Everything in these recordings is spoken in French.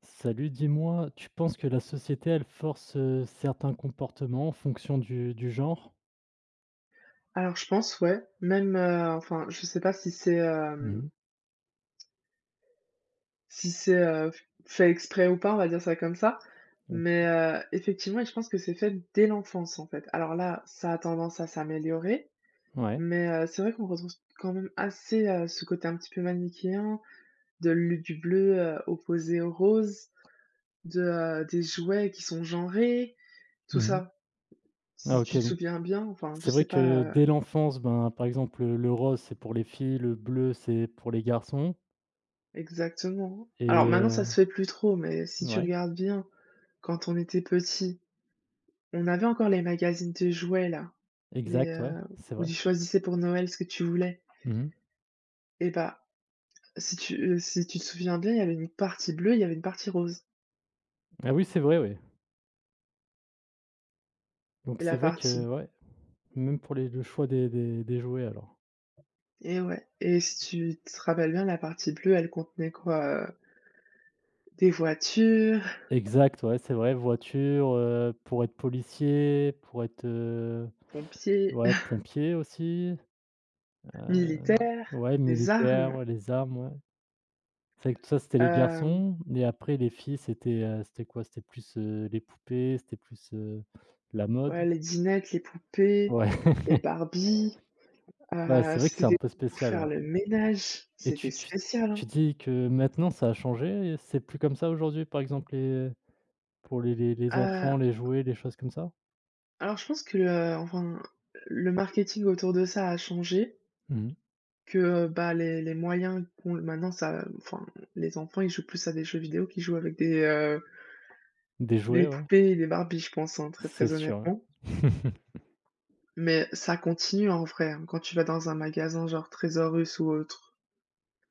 Salut, dis-moi, tu penses que la société, elle force, certains comportements en fonction du genre? Alors je pense ouais, même, enfin je sais pas si c'est, Mmh. si c'est, heu, fait exprès ou pas, on va dire ça comme ça, Ouais. mais, effectivement et je pense que c'est fait dès l'enfance en fait. Alors là, ça a tendance à s'améliorer, Ouais. mais, c'est vrai qu'on retrouve quand même assez, ce côté un petit peu manichéen de le du bleu, opposé au rose, de, des jouets qui sont genrés, tout Mmh. ça. Ah, Si OK, tu te donc. Ouais, souviens bien, enfin je c'est vrai sais que pas, dès l'enfance, ben, par exemple, le rose, c'est pour les filles, le bleu, c'est pour les garçons. exactement. Alors Et maintenant ça se fait plus trop, mais si tu ouais, regardes bien. Quand on était petit, on avait encore les magazines de jouets là, les, exact, ouais, heu, c'est où vrai. tu choisissais pour Noël ce que tu voulais, Mmh. et bah, si tu te souviens bien, il y avait une partie bleue, il y avait une partie rose, Ah oui, c'est vrai, oui. Donc et la c'est vrai que partie ouais, même pour les le choix des jouets alors. et ouais, et si tu te rappelles bien, la partie bleue, elle contenait quoi? Des voitures, Exact, ouais, c'est vrai, voiture, pour être policier, pour être, pompiers, ouais, pompier aussi. Heu, militaires, ouais, des militaire, armes, ouais, les armes, ouais. C'est vrai que ça, c'était les hem, garçons et après les filles, c'était, c'était quoi? C'était plus, les poupées, c'était plus, la mode. ouais, les dinettes, les poupées, Ouais. les Barbie. Bah, Heu, c'est vrai que c'était c'est un des peu trucs pour spécial, faire ouais. le ménage, Et c'était tu tu spécial, hein. tu dis que maintenant ça a changé, c'est plus comme ça aujourd'hui, par exemple, les pour les Euh, enfants, les jouets, les choses comme ça? alors, je pense que le marketing autour de ça a changé, Mmh mh. que, bah, les moyens qu'ont maintenant ça enfin, les enfants, ils jouent plus à des jeux vidéo qu'ils jouent avec Des des jouets, ouais, poupées et des Barbie, je pense, hein, très, c'est très sûr, honnêtement. ouais. Mais ça continue en vrai, hein. Quand tu vas dans un magasin genre Trésor Russe ou autre,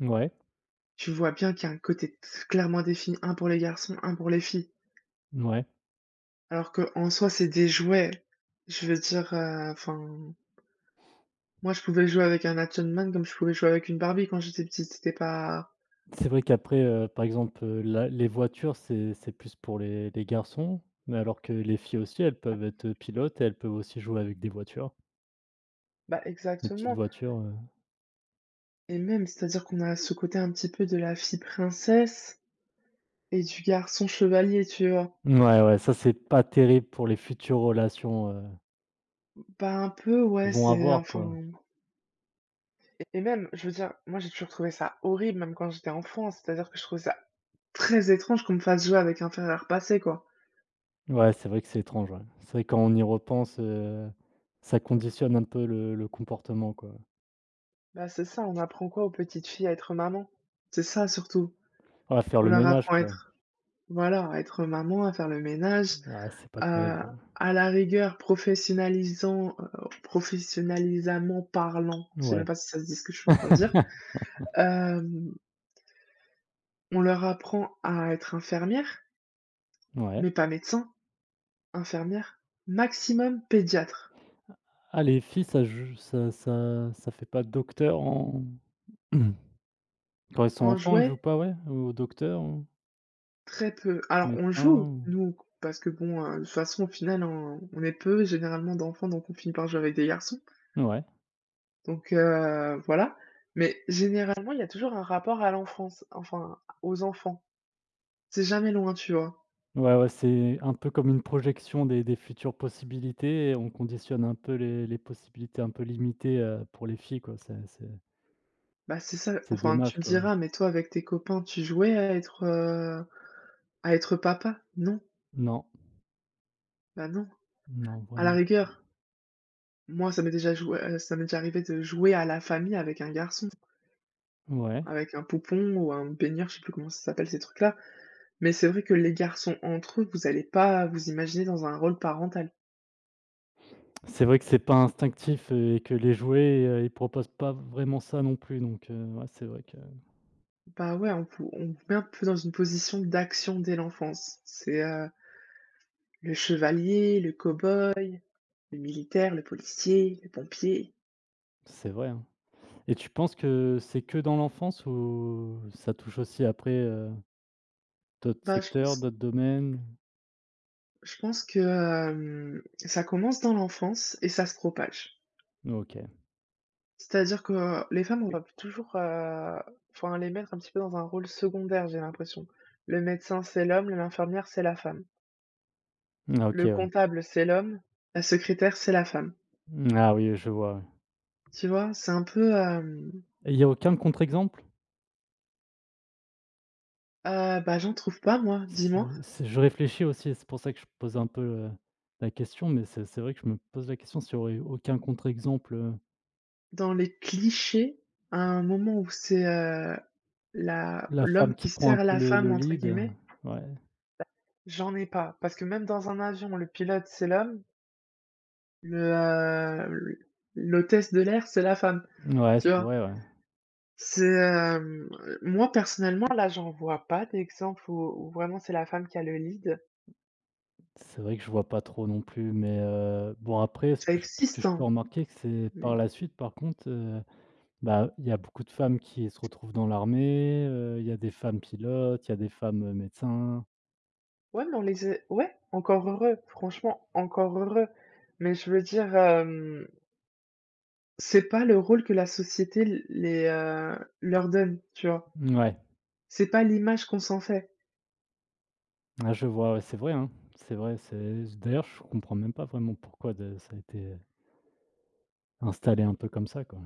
Ouais, tu vois bien qu'il y a un côté t clairement défini, un pour les garçons, un pour les filles. ouais. Alors que en soi, c'est des jouets. Je veux dire, moi, je pouvais jouer avec un Action Man comme je pouvais jouer avec une Barbie quand j'étais petite, c'était pas. C'est vrai qu'après, par exemple, la les voitures, c'est plus pour les garçons, mais alors que les filles aussi, elles Ah. peuvent être, pilotes et elles peuvent aussi jouer avec des voitures, Bah, des petites exactement voitures. Et même, c'est-à-dire qu'on a ce côté un petit peu de la fille princesse et du garçon chevalier, tu vois? Ouais, ouais, ça, c'est pas terrible pour les futures relations, Bah, un peu, ouais, qu'ils vont c'est avoir, quoi. enfin et même, je veux dire, moi, j'ai toujours trouvé ça horrible, même quand j'étais enfant, c'est-à-dire que je trouvais ça très étrange qu'on me fasse jouer avec un fer à repasser, quoi. Ouais, c'est vrai que c'est étrange, ouais. C'est vrai, quand on y repense, ça conditionne un peu le comportement, quoi. Bah, c'est ça, on apprend quoi aux petites filles, à être maman? C'est ça, surtout. Ouais, faire On le leur ménage, apprend à quoi. être, voilà, à être maman, à faire le ménage. Ah, c'est pas Heu, terrible, à la rigueur, professionnalisant, professionnalisamment parlant, je sais même ouais. pas si ça se dit ce que je suis en train de dire. Hem, on leur apprend à être infirmière, Ouais. mais pas médecin, infirmière, maximum pédiatre. Ah, les filles, ça jou ça ça ça fait pas docteur en quand ils sont En enfants, on le jouet, joue pas, ouais? Au docteur ou très peu. Alors on médecin joue, ou nous, parce que bon, de toute façon, au final, on est peu généralement d'enfants, donc on finit par jouer avec des garçons. ouais. Donc voilà, mais généralement, il y a toujours un rapport à l'enfance, enfin aux enfants. C'est jamais loin, tu vois? Ouais, ouais, c'est un peu comme une projection des futures possibilités et on conditionne un peu les possibilités un peu limitées, pour les filles, quoi. C'est c'est Bah, c'est ça, c'est enfin, tu dommage, me quoi. diras, mais toi, avec tes copains, tu jouais à être papa? Non, Non, bah, non. non, À la vraiment rigueur, moi, ça m'est déjà arrivé de jouer à la famille avec un garçon, p ouais. avec un poupon ou un baigneur, je sais plus comment ça s'appelle ces trucs-là, mais c'est vrai que les garçons entre eux, vous allez pas vous imaginer dans un rôle parental. C'est vrai que c'est pas instinctif, et que les jouets, ils proposent pas vraiment ça non plus, donc, ouais, Bah, ouais, on vous met un peu dans une position d'action dès l'enfance. C'est, le chevalier, le cow-boy, le militaire, le policier, le pompier. c'est vrai, hein. Et tu penses que c'est que dans l'enfance ou ça touche aussi après, d'autres Bah, je secteurs, pense d'autres domaines? Je pense que, ça commence dans l'enfance et ça se propage. OK. C'est-à-dire que les femmes, on Oui. va toujours, les mettre un petit peu dans un rôle secondaire, j'ai l'impression. Le médecin, c'est l'homme, l'infirmière, c'est la femme. Ah, OK, Le ouais. comptable, c'est l'homme, la secrétaire, c'est la femme. Ah oui, je vois, ouais. Tu vois? C'est un peu, Et il y a aucun contre-exemple? Bah, j'en trouve pas moi, dis-moi? C'est Je réfléchis aussi, c'est pour ça que je pose un peu, la question, mais c'est vrai que je me pose la question s'il y aurait aucun contre-exemple, Dans les clichés, à un moment où c'est, la la l'homme femme qui qui prend un «sert peu la le femme» le entre lead, guillemets, ouais. j'en ai pas. Parce que même dans un avion, le pilote, c'est l'homme. Le, heu, l'hôtesse de l'air, c'est la femme, tu vois? Ouais. C'est, moi personnellement, là, j'en vois pas d'exemple où où vraiment c'est la femme qui a le lead. C'est vrai que je vois pas trop non plus, mais bon, après ce Ça que je existe, peux hein, remarquer que c'est par mais la suite par contre, bah, il y a beaucoup de femmes qui se retrouvent dans l'armée, il y a des femmes pilotes, il y a des femmes, médecins. ouais, mais on les a ouais, encore heureux, franchement, encore heureux, mais je veux dire, c'est pas le rôle que la société l les, leur donne, tu vois? Mouais. C'est pas l'image qu'on s'en fait. Ah, je vois, ouais, c'est vrai, hein. C'est vrai, c'est d'ailleurs, je comprends même pas vraiment pourquoi de ça a été installé un peu comme ça, quoi.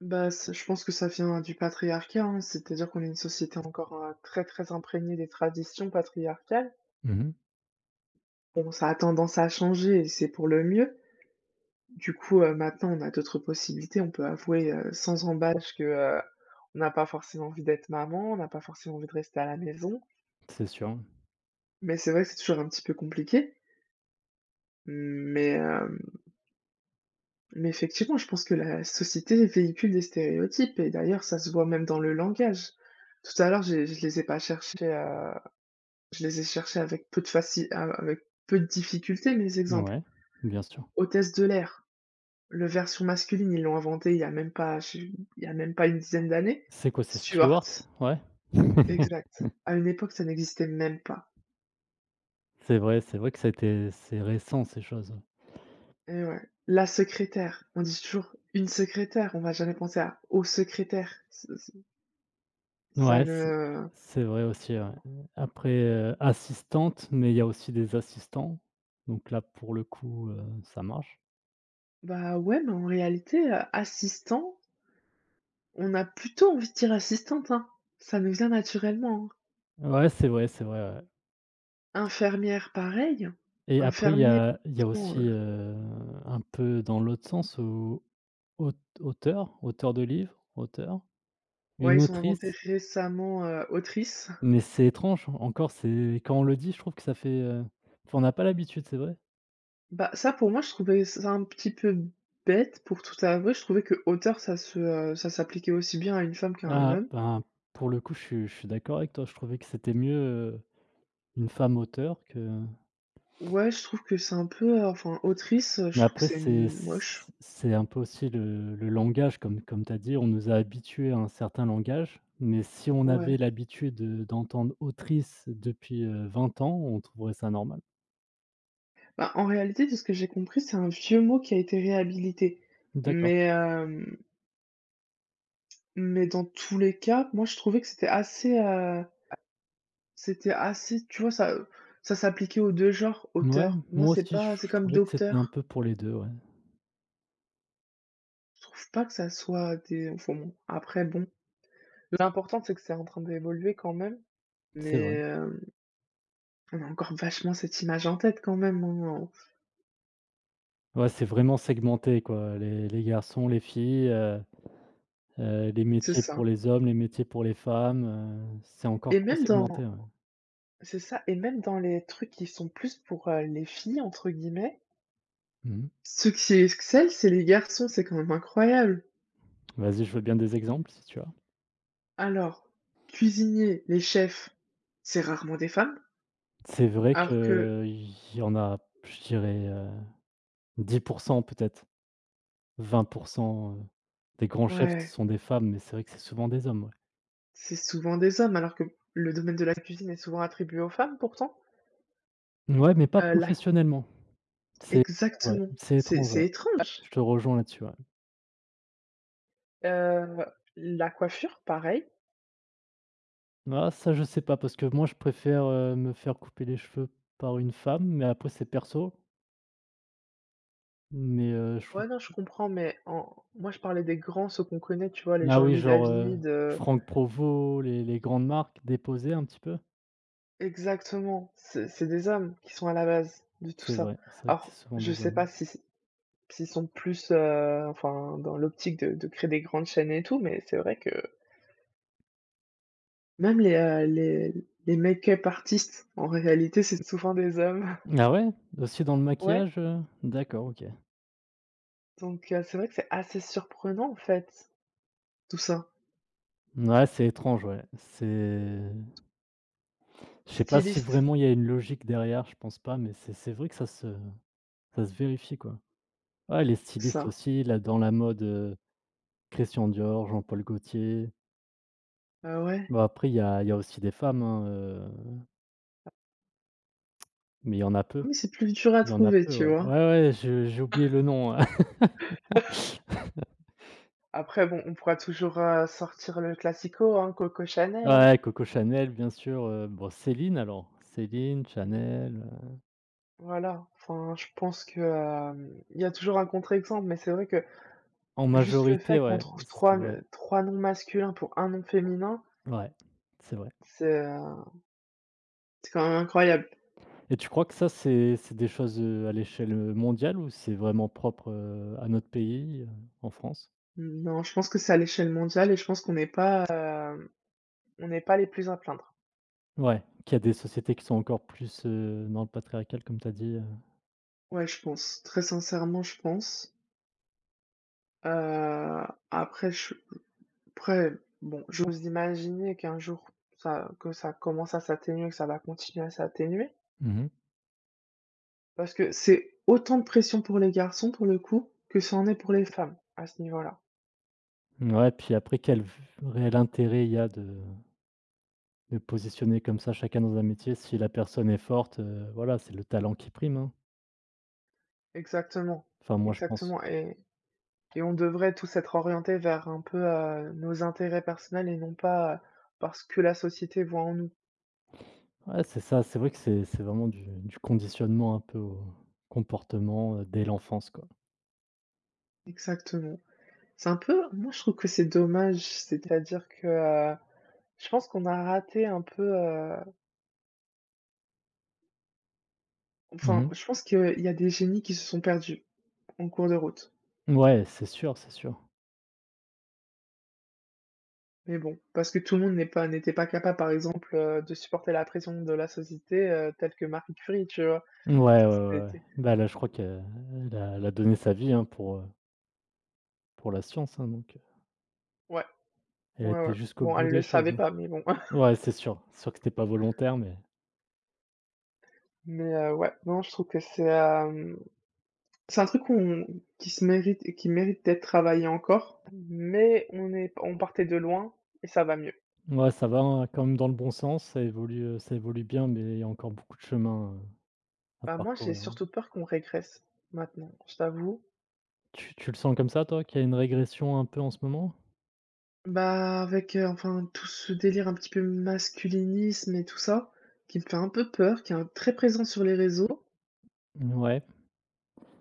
Bah, c'est je pense que ça vient du patriarcat, hein. C'est-à-dire qu'on est une société encore, très, très imprégnée des traditions patriarcales. Mmh. Bon, ça a tendance à changer et c'est pour le mieux. Du coup, maintenant, on a d'autres possibilités. On peut avouer, sans embâche que, on n'a pas forcément envie d'être maman, on n'a pas forcément envie de rester à la maison. C'est sûr, hein. Mais c'est vrai que c'est toujours un petit peu compliqué. Mais, mais effectivement, je pense que la société véhicule des stéréotypes et d'ailleurs, ça se voit même dans le langage. Tout à l'heure, j'ai je les ai pas cherchés, heu. Je les ai cherchés avec peu de faci a avec peu de difficulté mes exemples. Ouais, bien sûr. Hôtesse de l'air, le version masculine, ils l'ont inventé il y a même pas une dizaine d'années. C'est quoi, c'est Steward, Stewart? Ouais. exact. À une époque, ça n'existait même pas c'est vrai que ça a été c'est récent ces choses. et ouais. La secrétaire, on dit toujours: «Une secrétaire», on va jamais penser à «au secrétaire». C c ça Ouais, c'est ne c'est vrai aussi, ouais. Après, assistante, mais il y a aussi des assistants, donc là, pour le coup, ça marche. bah, ouais, mais en réalité, assistant, on a plutôt envie de dire assistante, hein. Ça nous vient naturellement, hein. Ouais, c'est vrai, ouais. Infirmière, pareil. Et après, il y Infirmier. a il y a Exactement, aussi, un peu dans l'autre sens où auteur, auteur de livre, auteur, ouais, une ils ont inventé autrice, récemment, autrice. mais c'est étrange, encore c'est quand on le dit, je trouve que ça fait, enfin on n'a pas l'habitude, c'est vrai. Bah, ça pour moi, je trouvais ça un petit peu bête pour tout avouer. Je trouvais que auteur, ça se, ça s'appliquait aussi bien à une femme qu'à un Ah, homme. ben, pour le coup, je suis d'accord avec toi, je trouvais que c'était mieux, une femme auteur que. Ouais, je trouve que c'est un peu, autrice, je Mais trouve que après, c'est c'est c moche. c'est un peu aussi le langage comme tu as dit, on nous a habitués à un certain langage, mais si on Ouais. avait l'habitude, d'entendre «autrice» depuis, 20 ans, on trouverait ça normal. Bah, en réalité, de ce que j'ai compris, c'est un vieux mot qui a été réhabilité. D'accord. Mais, mais dans tous les cas, moi je trouvais que c'était assez, tu vois, ça s'appliquait aux 2 genres, Ouais, auteur. Moi, moi c'est aussi je pas c'est je comme trouvais que c'était un docteur. peu pour les 2. Ouais. Je trouve pas que ça soit des enfin bon, après bon, l'important c'est que c'est en train d'évoluer quand même, C'est mais vrai. On a encore vachement cette image en tête quand même, hein, Ouais, c'est vraiment segmenté, quoi, les garçons, les filles, les c'est métiers ça. pour les hommes, les métiers pour les femmes, c'est encore Et trop même dans segmenté, ouais. c'est ça et même dans les trucs qui sont plus pour, «les filles» entre guillemets, Mmh mh. ceux qui excellent, c'est les garçons, c'est quand même incroyable. Vas-y, je veux bien des exemples si tu as. Alors, cuisiniers, les chefs, c'est rarement des femmes, C'est vrai alors que qu'il y en a, je dirais, 10% peut-être, 20, heu, des grands chefs, ce ouais, sont des femmes, mais c'est vrai que c'est souvent des hommes, ouais. c'est souvent des hommes, alors que le domaine de la cuisine est souvent attribué aux femmes pourtant. Ouais, mais pas la. professionnellement. C'est Ouais, Exactement, c'est étrange, ouais. c'est étrange. Je te rejoins là-dessus, ouais. Heu, la coiffure, pareil. Ah, ça, je sais pas parce que moi, je préfère, me faire couper les cheveux par une femme, mais après c'est perso, mais je trouve. Ouais, non, je comprends, mais en moi, je parlais des grands, ceux qu'on connaît, tu vois? Les Ah oui, Jean-Louis genre, David, heu. Franck Provost, les grandes marques, déposées un petit peu. Exactement, c'est des hommes qui sont à la base de tout ça. C'est vrai que Alors, c'est souvent je des sais hommes, pas ouais. si c'est s'ils sont plus, dans l'optique de créer des grandes chaînes et tout, mais c'est vrai que même les, les make-up artistes, en réalité, c'est souvent des hommes. Ah, ouais? Aussi dans le Ouais, maquillage? D'accord, OK. donc c'est vrai que c'est assez surprenant, en fait, tout ça. Ouais, c'est étrange, ouais. C'est Je sais pas si Styliste. vraiment il y a une logique derrière, je pense pas, mais c'est vrai que ça se vérifie, quoi. Ouais, les C'est stylistes ça, aussi, là, dans la mode, Christian Dior, Jean-Paul Gaultier. ah ouais. Bon, après, il y a aussi des femmes, hein, mais il y en a Ah peu. oui, c'est plus dur à Il y en a trouver, peu, tu ouais. Ouais, vois? ouais, je j'ai oublié le nom, ouais. Après bon, on pourra toujours, sortir le classico, hein, Coco Chanel, hein, Ouais, Coco Chanel, bien sûr, bon, Céline alors, Céline, Chanel, voilà. Enfin, je pense que, il y a toujours un contre-exemple, mais c'est vrai que en juste le fait majorité, qu'on ouais, trouve c'est 3 vrai. n 3 noms masculins pour un nom féminin, Ouais, c'est vrai. c'est, heu, c'est quand même incroyable. Et tu crois que ça, c'est des choses, à l'échelle, mondiale ou c'est vraiment propre, à notre pays, en France? Non, je pense que c'est à l'échelle mondiale et je pense qu'on n'est pas, on n'est pas les plus à plaindre. Ouais, qu'il y a des sociétés qui sont encore plus, dans le patriarcal comme tu as dit? Ouais, je pense. Très sincèrement, je pense. Heu, après je Après, bon, j'ose imaginer qu'un jour ça commence à s'atténuer, que ça va continuer à s'atténuer, Mmh. parce que c'est autant de pression pour les garçons, pour le coup, que ça en est pour les femmes, à ce niveau-là. Ouais, puis après quel v réel intérêt il y a de positionner comme ça chacun dans un métier si la personne est forte, voilà, c'est le talent qui prime, hein. Exactement, Enfin, moi, je pense. exactement et on devrait tous être orientés vers un peu, nos intérêts personnels et non pas, parce que la société voit en nous. Ouais, c'est ça, c'est vrai que c'est vraiment du conditionnement un peu au comportement, dès l'enfance, quoi. Exactement. C'est un peu moi je trouve que c'est dommage, c'est-à-dire que, je pense qu'on a raté un peu, euh, enfin, Mmh. je pense qu'il y a des génies qui se sont perdus en cours de route. Ouais, c'est sûr, c'est sûr. Mais bon, parce que tout le monde n'était pas capable, par exemple, de supporter la pression de la société, telle que Marie Curie, tu vois? Ouais, ouais, ouais, ouais. C'était Bah, là, je crois qu'elle elle a elle a donné sa vie, hein, pour la science, hein, donc, ouais, elle ouais, était ouais. jusqu'au Bon, bout elle le des savait choses, hein. pas, mais bon. Ouais, c'est sûr que c'était pas volontaire, mais Mais ouais, non, je trouve que c'est, c'est un truc qu'on qui se mérite et qui mérite d'être travaillé encore, mais on partait de loin et ça va mieux. ouais, ça va, hein, quand même dans le bon sens, ça évolue bien, mais il y a encore beaucoup de chemin, à Bah, moi, j'ai parcourir, hein. surtout peur qu'on régresse maintenant, je t'avoue. Tu le sens comme ça, toi, qu'il y a une régression un peu en ce moment? Bah, avec, tout ce délire un petit peu masculinisme et tout ça, qui me fait un peu peur, qui est un très présent sur les réseaux. Ouais,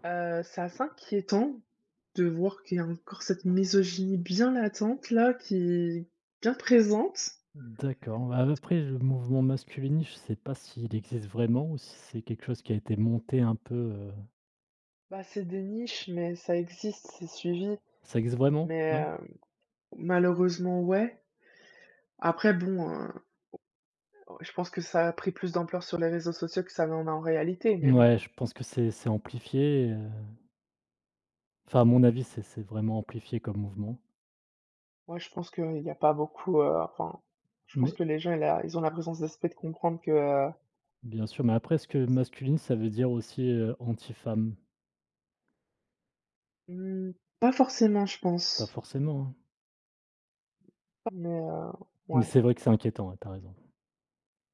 C'est assez inquiétant de voir qu'il y a encore cette misogynie bien latente là, qui est bien présente. d'accord. Bah, après le mouvement masculiniste, je sais pas s'il existe vraiment ou si c'est quelque chose qui a été monté un peu. Bah, c'est des niches, mais ça existe, c'est suivi, Ça existe vraiment? mais Ouais? Malheureusement, ouais. Après bon, je pense que ça a pris plus d'ampleur sur les réseaux sociaux que ça n'en a en réalité, mais bon. Ouais, je pense que c'est amplifié, enfin à mon avis, c'est vraiment amplifié comme mouvement. Moi, je pense qu'il n'y a pas beaucoup, je pense Mais que les gens, ils ont la présence d'esprit de comprendre que, bien sûr, mais après, est-ce que masculine, ça veut dire aussi, anti-femme? mmh, pas forcément, je Pas pense, forcément, hein. mais Mais ouais. c'est vrai que c'est inquiétant, ouais, tu raison.